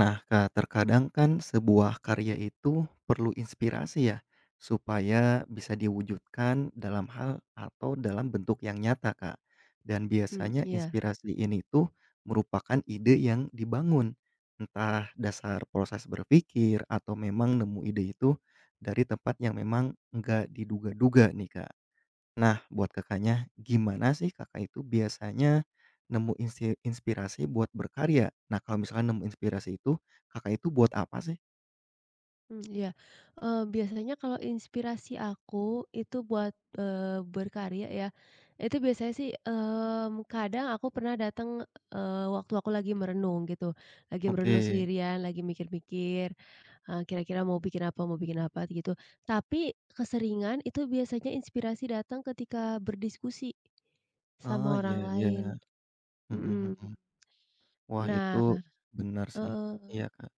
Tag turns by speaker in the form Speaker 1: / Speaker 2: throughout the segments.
Speaker 1: Nah, Kak, terkadang kan sebuah karya itu perlu inspirasi ya, supaya bisa diwujudkan dalam hal atau dalam bentuk yang nyata, Kak. Dan
Speaker 2: Mmm,
Speaker 1: biasanya
Speaker 2: iya,
Speaker 1: inspirasi ini tuh merupakan ide yang dibangun, entah dasar proses berpikir atau memang nemu ide itu dari tempat yang memang nggak diduga-duga nih, Kak. Nah, buat Kakaknya, gimana sih Kakak itu biasanya nemu inspirasi buat berkarya? Nah, kalau misalkan nemu inspirasi itu, Kakak itu buat apa sih?
Speaker 2: iya. Biasanya kalau inspirasi aku itu buat, berkarya ya, itu biasanya sih, kadang aku pernah datang, waktu aku lagi merenung gitu, lagi
Speaker 1: Oke.
Speaker 2: merenung sendirian, lagi mikir-mikir, kira-kira mau bikin apa gitu. Tapi keseringan itu biasanya inspirasi datang ketika berdiskusi sama
Speaker 1: Oh, iya
Speaker 2: orang lain,
Speaker 1: iya. Mhm
Speaker 2: mhm.
Speaker 1: mhm. Wah, itu
Speaker 2: Nah,
Speaker 1: benar sih.
Speaker 2: heeh.
Speaker 1: Iya, Kak.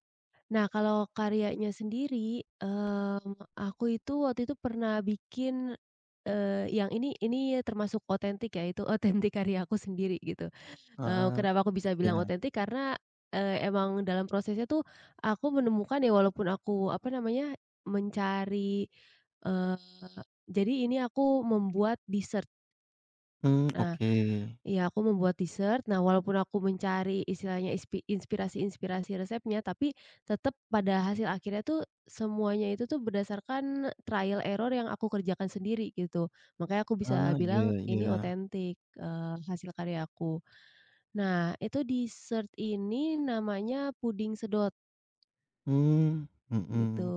Speaker 2: Nah, kalau karyanya sendiri, aku itu waktu itu pernah bikin, yang ini termasuk otentik ya, itu otentik karya aku sendiri gitu. Eee,
Speaker 1: Heeh,
Speaker 2: kenapa aku bisa bilang
Speaker 1: iya.
Speaker 2: otentik karena, emang dalam prosesnya tuh aku menemukan ya walaupun aku apa namanya, mencari, eee, jadi ini aku membuat dessert.
Speaker 1: Mmm,
Speaker 2: Nah,
Speaker 1: oke.
Speaker 2: iya, aku membuat dessert. Nah, walaupun aku mencari istilahnya inspirasi-inspirasi resepnya, tapi tetap pada hasil akhirnya tuh semuanya itu tuh berdasarkan trial error yang aku kerjakan sendiri gitu. Makanya aku bisa
Speaker 1: Ah, iya
Speaker 2: bilang
Speaker 1: iya.
Speaker 2: ini otentik, hasil karya aku. Nah, itu dessert ini namanya puding sedot
Speaker 1: Mmm,
Speaker 2: gitu.
Speaker 1: mhm.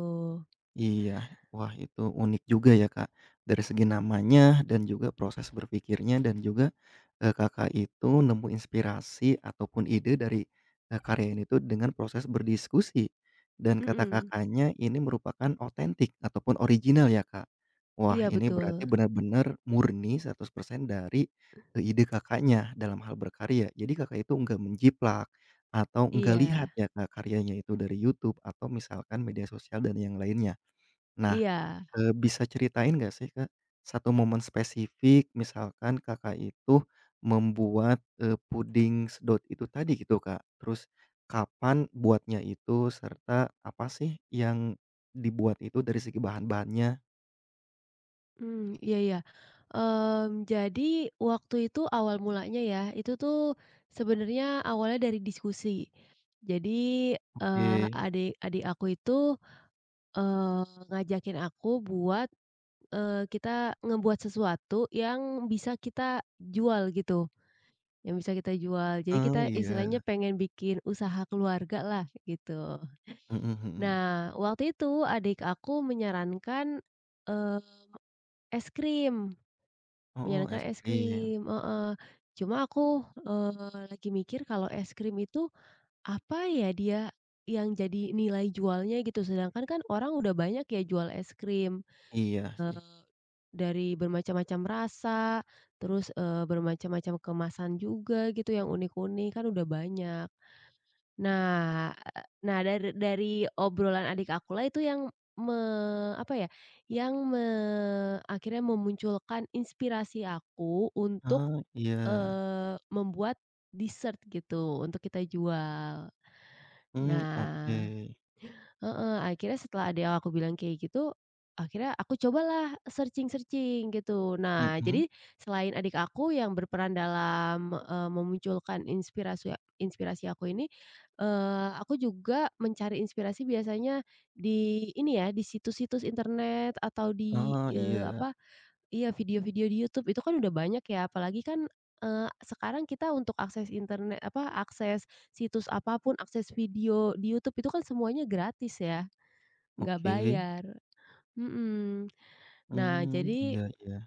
Speaker 1: Iya, wah itu unik juga ya Kak, dari segi namanya dan juga proses berpikirnya dan juga, Kakak itu nemu inspirasi ataupun ide dari, karya ini tuh dengan proses berdiskusi, dan kata
Speaker 2: Mhm.
Speaker 1: Kakaknya ini merupakan otentik ataupun original ya Kak? Wah
Speaker 2: Iya
Speaker 1: ini
Speaker 2: betul.
Speaker 1: berarti benar-benar murni 100% dari, ide Kakaknya dalam hal berkarya jadi Kakak itu nggak menjiplak, atau nggak lihat
Speaker 2: Iya.
Speaker 1: ya Kak karyanya itu dari YouTube atau misalkan media sosial dan yang lainnya. Nah,
Speaker 2: Iya.
Speaker 1: bisa ceritain nggak sih, Kak, satu momen spesifik misalkan Kakak itu membuat, puding sedot itu tadi gitu, Kak. Terus kapan buatnya itu serta apa sih yang dibuat itu dari segi bahan-bahannya?
Speaker 2: Iya iya. Jadi waktu itu awal mulanya ya, itu tuh sebenarnya awalnya dari diskusi. Jadi,
Speaker 1: Oke.
Speaker 2: adik adik aku itu, eee, ngajakin aku buat, kita ngebuat sesuatu yang bisa kita jual gitu, yang bisa kita jual. Jadi kita
Speaker 1: Oh,
Speaker 2: istilahnya
Speaker 1: iya.
Speaker 2: pengen bikin usaha keluarga lah gitu.
Speaker 1: Mhm mhm.
Speaker 2: Nah, waktu itu adik aku menyarankan, eee, es krim.
Speaker 1: Oh,
Speaker 2: Menyarankan
Speaker 1: es
Speaker 2: es
Speaker 1: krim.
Speaker 2: krim, heeh. Cuma aku, lagi mikir kalau es krim itu, apa ya dia yang jadi nilai jualnya gitu, sedangkan kan orang udah banyak ya jual es krim,
Speaker 1: Iya sih.
Speaker 2: eee, dari bermacam-macam rasa, terus, bermacam-macam kemasan juga gitu yang unik-unik, kan udah banyak. Nah, dari obrolan adik akulah itu yang me apa ya, yang akhirnya memunculkan inspirasi aku untuk
Speaker 1: Oh, iya.
Speaker 2: membuat dessert gitu untuk kita jual.
Speaker 1: Mmm, oke.
Speaker 2: Nah, heeh, akhirnya setelah ada yang aku bilang kayak gitu, akhirnya aku cobalah searching-searching gitu. Nah,
Speaker 1: Mhm.
Speaker 2: jadi selain adik aku yang berperan dalam, memunculkan inspirasi inspirasi aku ini, aku juga mencari inspirasi biasanya di ini ya, di situs-situs internet atau di,
Speaker 1: Oh, iya.
Speaker 2: apa. Iya, video-video di YouTube itu kan udah banyak ya, apalagi kan, sekarang kita untuk akses internet apa, akses situs apapun akses video di YouTube itu kan semuanya gratis ya, nggak
Speaker 1: Oke.
Speaker 2: bayar. Mhm. Nah
Speaker 1: Mmm,
Speaker 2: jadi
Speaker 1: iya iya.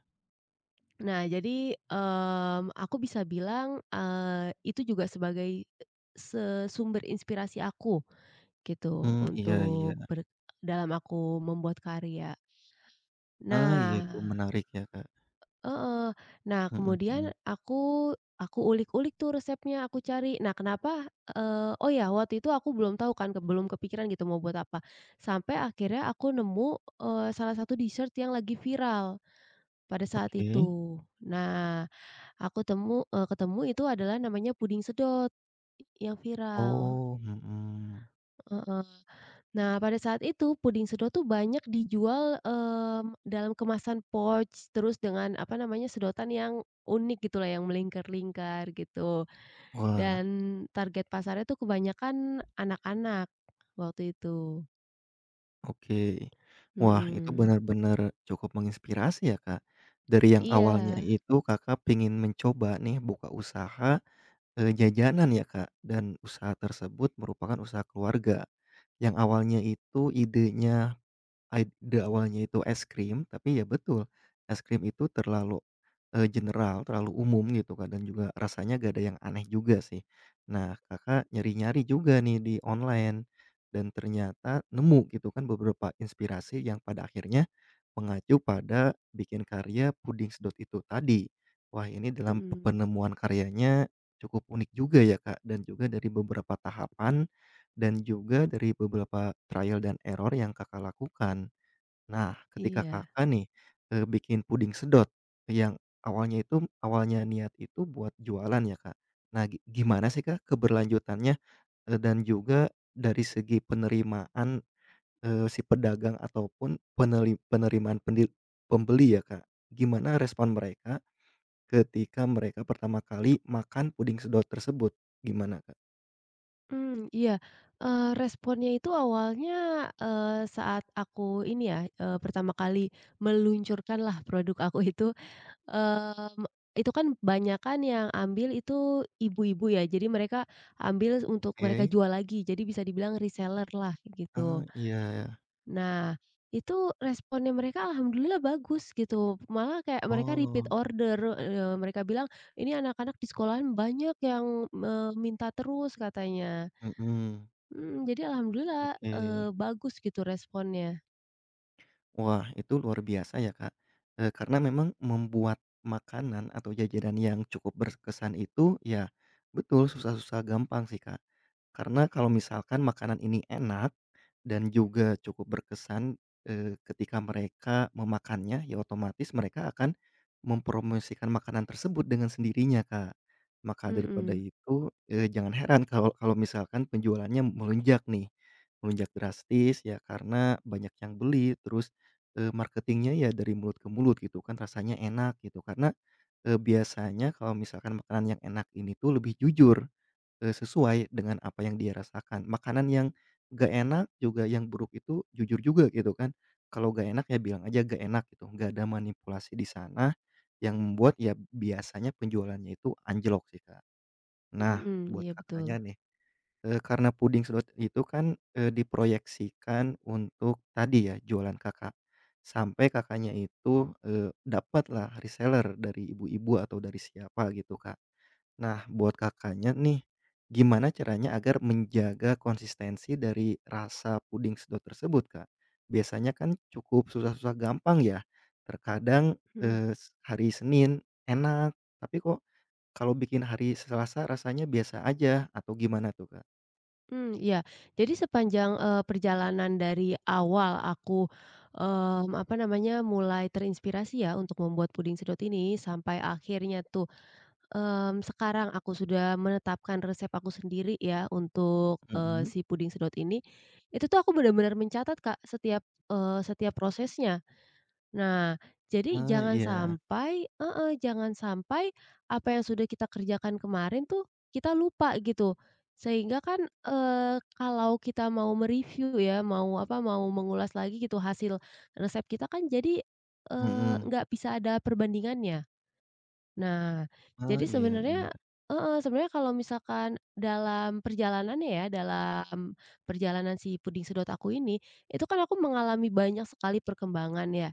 Speaker 2: nah jadi, aku bisa bilang, itu juga sebagai sumber inspirasi aku gitu,
Speaker 1: Mmm, iya iya.
Speaker 2: untuk ber dalam aku membuat karya.
Speaker 1: Ah, iya itu
Speaker 2: Nah,
Speaker 1: menarik ya, Kak.
Speaker 2: heeh. Nah,
Speaker 1: Mhm
Speaker 2: kemudian
Speaker 1: mhm.
Speaker 2: aku ulik-ulik tuh resepnya, aku cari. Nah, kenapa, oh ya, waktu itu aku belum tahu kan, belum kepikiran gitu mau buat apa. Sampai akhirnya aku nemu, salah satu dessert yang lagi viral pada saat
Speaker 1: Oke.
Speaker 2: itu. Nah, aku ketemu itu adalah namanya puding sedot, yang viral.
Speaker 1: Oh, mhm.
Speaker 2: Heeh. Nah, pada saat itu puding sedot tuh banyak dijual, dalam kemasan pouch, terus dengan apa namanya, sedotan yang unik gitulah, yang melingkar-lingkar gitu,
Speaker 1: Wah,
Speaker 2: dan target pasarnya tuh kebanyakan anak-anak waktu itu.
Speaker 1: oke. Wah, itu
Speaker 2: Mhm.
Speaker 1: benar-benar cukup menginspirasi ya, Kak. Dari yang
Speaker 2: Iya,
Speaker 1: awalnya itu Kakak pengen mencoba nih buka usaha, jajanan ya, Kak, dan usaha tersebut merupakan usaha keluarga. Yang awalnya itu idenya Ide awalnya itu es krim, tapi ya betul, es krim itu terlalu, general, terlalu umum gitu Kak, dan juga rasanya gak ada yang aneh juga sih. Nah Kakak nyari-nyari juga nih di online, dan ternyata nemu gitu kan beberapa inspirasi yang pada akhirnya mengacu pada bikin karya puding sedot itu tadi. Wah ini dalam pe
Speaker 2: mhm,
Speaker 1: penemuan karyanya cukup unik juga ya Kak, dan juga dari beberapa tahapan, dan juga dari beberapa trial dan error yang Kakak lakukan. Nah, ketika
Speaker 2: iya.
Speaker 1: Kakak nih, bikin puding sedot yang awalnya niat itu buat jualan ya, Kak. Nah, gimana sih, Kak, keberlanjutannya, dan juga dari segi penerimaan, si pedagang ataupun penerimaan pembeli ya, Kak. Gimana respon mereka ketika mereka pertama kali makan puding sedot tersebut? Gimana, Kak?
Speaker 2: Iya, responnya itu awalnya, eee, saat aku ini ya, pertama kali meluncurkan lah produk aku itu. Mmm, itu kan banyakan yang ambil itu ibu-ibu ya, jadi mereka ambil untuk mereka
Speaker 1: Oke.
Speaker 2: jual lagi, jadi bisa dibilang reseller lah, gitu.
Speaker 1: Ah, iya.
Speaker 2: Nah, itu responnya mereka alhamdulillah bagus gitu, malah kayak mereka repeat
Speaker 1: Oh,
Speaker 2: order, mereka bilang, "Ini anak-anak di sekolahan banyak yang, minta terus," katanya.
Speaker 1: mhm,
Speaker 2: Mhm, jadi alhamdulillah,
Speaker 1: oke.
Speaker 2: bagus gitu responnya.
Speaker 1: Wah, itu luar biasa ya, Kak, karena memang membuat makanan atau jajanan yang cukup berkesan itu ya betul susah-susah gampang sih, Kak. Karena kalau misalkan makanan ini enak dan juga cukup berkesan, ketika mereka memakannya, ya otomatis mereka akan mempromosikan makanan tersebut dengan sendirinya, Kak. Maka daripada
Speaker 2: Mhm,
Speaker 1: itu, jangan heran kalau kalau misalkan penjualannya melonjak nih, melonjak drastis ya karena banyak yang beli. Terus marketingnya ya dari mulut ke mulut gitu kan rasanya enak gitu karena, biasanya kalau misalkan makanan yang enak ini tuh lebih jujur, sesuai dengan apa yang dia rasakan. Makanan yang gak enak juga yang buruk itu jujur juga gitu kan, kalau gak enak ya bilang aja gak enak gitu, nggak ada manipulasi di sana, yang membuat ya biasanya penjualannya itu anjlok sih, Kak. Nah,
Speaker 2: mhm,
Speaker 1: buat
Speaker 2: iya betul.
Speaker 1: Kakaknya nih, karena puding sedot itu kan, diproyeksikan untuk tadi ya, jualan Kakak. Sampai Kakaknya itu, dapatlah reseller dari ibu-ibu atau dari siapa gitu, Kak. Nah, buat Kakaknya nih, gimana caranya agar menjaga konsistensi dari rasa puding sedot tersebut, Kak? Biasanya kan cukup susah-susah gampang ya. Terkadang,
Speaker 2: Mhm.
Speaker 1: hari Senin enak, tapi kok kalau bikin hari Selasa rasanya biasa aja, atau gimana tuh, Kak?
Speaker 2: Hmm, iya. Jadi sepanjang, perjalanan dari awal aku, apa namanya, mulai terinspirasi ya untuk membuat puding sedot ini sampai akhirnya tuh, sekarang aku sudah menetapkan resep aku sendiri ya untuk,
Speaker 1: Mhm.
Speaker 2: si puding sedot ini, itu tuh aku benar-benar mencatat, Kak, setiap prosesnya. Nah, jadi
Speaker 1: Ah,
Speaker 2: jangan
Speaker 1: iya,
Speaker 2: sampai eh jangan sampai apa yang sudah kita kerjakan kemarin tuh kita lupa gitu. Sehingga kan, kalau kita mau mereview ya, mau apa, mau mengulas lagi gitu hasil resep kita kan jadi,
Speaker 1: mhm.
Speaker 2: nggak bisa ada perbandingannya. Nah,
Speaker 1: Ah,
Speaker 2: jadi
Speaker 1: iya iya,
Speaker 2: sebenarnya kalau misalkan dalam perjalanannya ya, dalam perjalanan si puding sedot aku ini, itu kan aku mengalami banyak sekali perkembangan ya.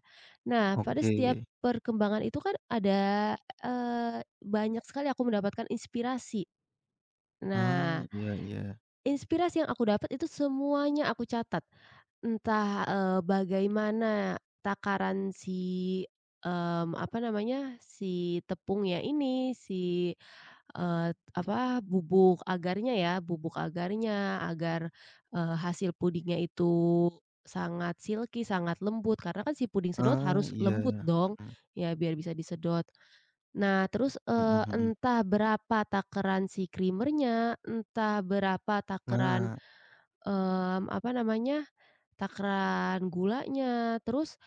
Speaker 2: Nah, pada
Speaker 1: oke.
Speaker 2: setiap perkembangan itu kan ada, banyak sekali aku mendapatkan inspirasi.
Speaker 1: Ah,
Speaker 2: Nah,
Speaker 1: iya iya.
Speaker 2: inspirasi yang aku dapat itu semuanya aku catat. Entah, bagaimana takaran si, apa namanya, si tepungnya ini, si, eee, apa, bubuk agarnya agar, hasil pudingnya itu sangat silky, sangat lembut, karena kan si puding sedot
Speaker 1: Ah,
Speaker 2: harus
Speaker 1: iya,
Speaker 2: lembut dong,
Speaker 1: mhm
Speaker 2: ya biar bisa disedot. Nah terus,
Speaker 1: mhm mhm.
Speaker 2: entah berapa takaran si creamernya entah berapa takaran,
Speaker 1: Nah,
Speaker 2: apa namanya, takaran gulanya, terus,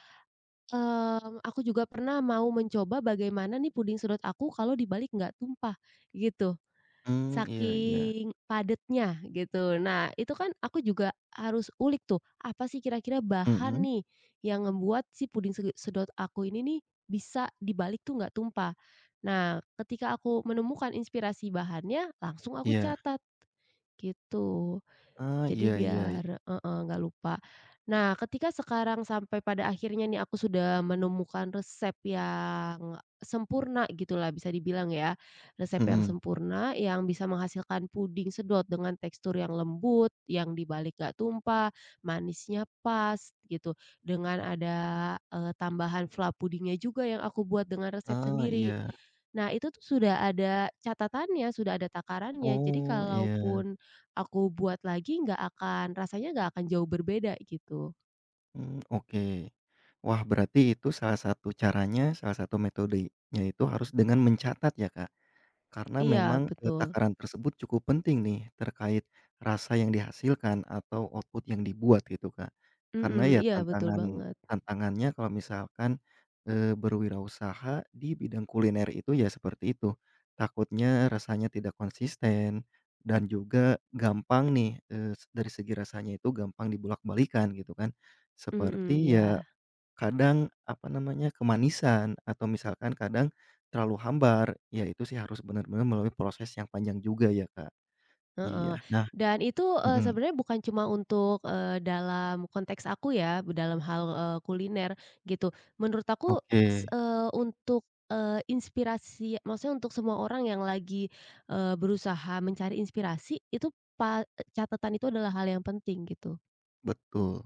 Speaker 2: aku juga pernah mau mencoba bagaimana nih puding sedot aku kalau dibalik nggak tumpah, gitu.
Speaker 1: mmm, iya iya,
Speaker 2: Saking padatnya, gitu. Nah, itu kan aku juga harus ulik tuh, apa sih kira-kira bahan
Speaker 1: mhm,
Speaker 2: nih yang membuat si puding sedot aku ini nih bisa dibalik tuh nggak tumpah. Nah, ketika aku menemukan inspirasi bahannya, langsung aku
Speaker 1: iya.
Speaker 2: catat, gitu.
Speaker 1: Ah,
Speaker 2: Jadi
Speaker 1: iya iya,
Speaker 2: biar nggak lupa. Nah, ketika sekarang sampai pada akhirnya nih aku sudah menemukan resep yang sempurna gitulah bisa dibilang ya. Resep yang
Speaker 1: mhm.
Speaker 2: sempurna yang bisa menghasilkan puding sedot dengan tekstur yang lembut, yang dibalik nggak tumpah, manisnya pas gitu. Dengan ada, tambahan fla pudingnya juga yang aku buat dengan resep
Speaker 1: Ah,
Speaker 2: sendiri.
Speaker 1: iya.
Speaker 2: Nah, itu tuh sudah ada catatannya, sudah ada takarannya. Jadi
Speaker 1: Oh, iya,
Speaker 2: kalaupun aku buat lagi nggak akan rasanya nggak akan jauh berbeda gitu.
Speaker 1: mmm, oke. Wah, berarti itu salah satu caranya, salah satu metodenya itu harus dengan mencatat ya, Kak? Karena
Speaker 2: Iya
Speaker 1: memang,
Speaker 2: betul,
Speaker 1: takaran tersebut cukup penting nih terkait rasa yang dihasilkan atau output yang dibuat gitu, Kak. Karena
Speaker 2: mhm,
Speaker 1: ya
Speaker 2: iya betul
Speaker 1: tantangan
Speaker 2: banget,
Speaker 1: tantangannya kalau misalkan, berwirausaha di bidang kuliner itu ya seperti itu, takutnya rasanya tidak konsisten dan juga gampang nih, dari segi rasanya itu gampang dibulak balikan gitu kan.
Speaker 2: mhm,
Speaker 1: Seperti ya
Speaker 2: iya,
Speaker 1: kadang, apa namanya, kemanisan atau misalkan kadang terlalu hambar, ya itu sih harus benar-benar melalui proses yang panjang juga ya, Kak.
Speaker 2: heeh.
Speaker 1: Iya, nah
Speaker 2: Dan itu,
Speaker 1: mhm,
Speaker 2: sebenarnya bukan cuma untuk, dalam konteks aku ya, dalam hal, kuliner gitu. Menurut aku
Speaker 1: oke,
Speaker 2: untuk, inspirasi maksudnya untuk semua orang yang lagi, berusaha mencari inspirasi itu pa e catatan itu adalah hal yang penting gitu,
Speaker 1: betul.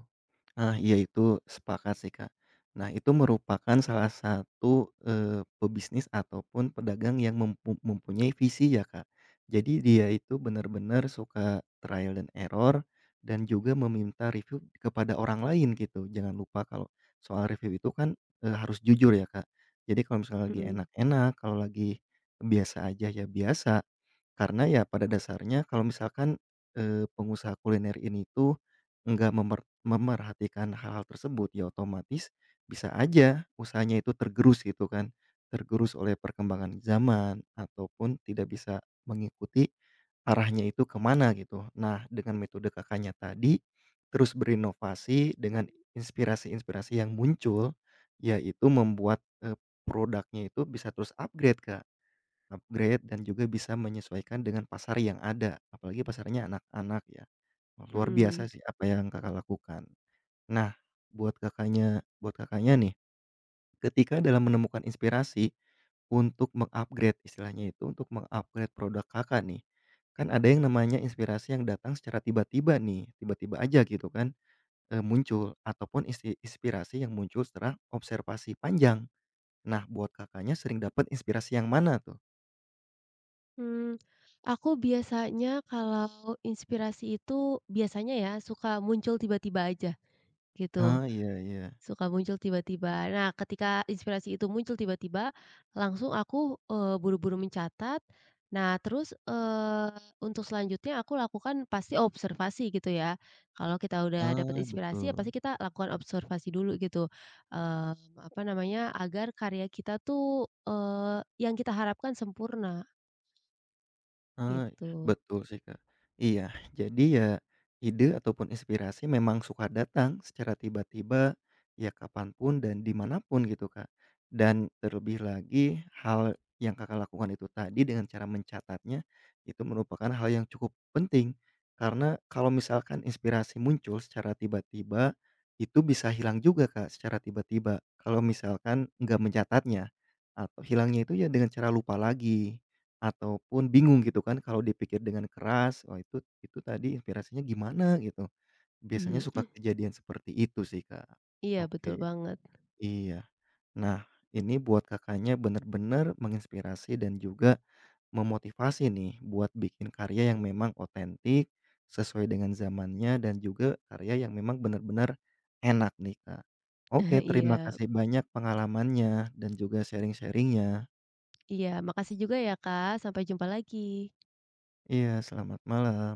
Speaker 1: Ah, iya itu sepakat sih, Kak. Nah, itu merupakan salah satu, pebisnis ataupun pedagang yang mempunyai visi ya, Kak. Jadi dia itu benar-benar suka trial and error dan juga meminta review kepada orang lain gitu. Jangan lupa kalau soal review itu kan, harus jujur ya, Kak. Jadi kalau misalnya lagi
Speaker 2: mhm,
Speaker 1: enak-enak, kalau lagi biasa aja ya biasa, karena ya pada dasarnya kalau misalkan, pengusaha kuliner ini tuh nggak memerhatikan hal-hal tersebut, ya otomatis bisa aja usahanya itu tergerus gitu kan, tergerus oleh perkembangan zaman ataupun tidak bisa mengikuti arahnya itu kemana gitu. Nah, dengan metode Kakaknya tadi, terus berinovasi dengan inspirasi-inspirasi yang muncul, ya itu membuat, eee, produknya itu bisa terus upgrade, Kak. Upgrade dan juga bisa menyesuaikan dengan pasar yang ada, apalagi pasarnya anak-anak ya. Wah, luar
Speaker 2: mhm.
Speaker 1: biasa sih apa yang Kakak lakukan. Nah, buat Kakaknya nih, ketika dalam menemukan inspirasi untuk mengupgrade istilahnya itu, untuk mengupgrade produk Kakak nih, kan ada yang namanya inspirasi yang datang secara tiba-tiba nih, tiba-tiba aja gitu kan, muncul ataupun inspirasi yang muncul setelah observasi panjang. Nah, buat Kakaknya sering dapat inspirasi yang mana tuh?
Speaker 2: Hmm, aku biasanya kalau inspirasi itu biasanya ya suka muncul tiba-tiba aja gitu,
Speaker 1: Ah, iya iya.
Speaker 2: suka muncul tiba-tiba. Nah, ketika inspirasi itu muncul tiba-tiba, langsung aku, buru-buru mencatat. Nah, terus, untuk selanjutnya aku lakukan pasti observasi gitu ya. Kalau kita udah dapat
Speaker 1: Ah,
Speaker 2: inspirasi ya pasti
Speaker 1: betul.
Speaker 2: kita lakukan observasi dulu gitu, apa namanya, agar karya kita tuh, yang kita harapkan sempurna,
Speaker 1: Ah,
Speaker 2: gitu.
Speaker 1: betul sih, Kak. Iya, jadi ya ide ataupun inspirasi memang suka datang secara tiba-tiba, ya kapanpun dan dimanapun gitu, Kak. Dan terlebih lagi hal yang Kakak lakukan itu tadi dengan cara mencatatnya, itu merupakan hal yang cukup penting. Karena kalau misalkan inspirasi muncul secara tiba-tiba, itu bisa hilang juga, Kak, secara tiba-tiba. Kalau misalkan nggak mencatatnya, atau hilangnya itu ya dengan cara lupa lagi. Ataupun bingung gitu kan kalau dipikir dengan keras, wah itu tadi inspirasinya gimana gitu. Biasanya suka
Speaker 2: Mhm,
Speaker 1: kejadian seperti itu sih, Kak.
Speaker 2: iya betul
Speaker 1: Oke,
Speaker 2: banget.
Speaker 1: iya. Nah, ini buat Kakaknya benar-benar menginspirasi dan juga memotivasi nih buat bikin karya yang memang otentik, sesuai dengan zamannya dan juga karya yang memang benar-benar enak nih, Kak. Oke, terima
Speaker 2: Iya
Speaker 1: kasih banyak pengalamannya dan juga sharing sharingnya.
Speaker 2: iya, makasih juga ya, Kak, sampai jumpa lagi.
Speaker 1: Iya, selamat malam.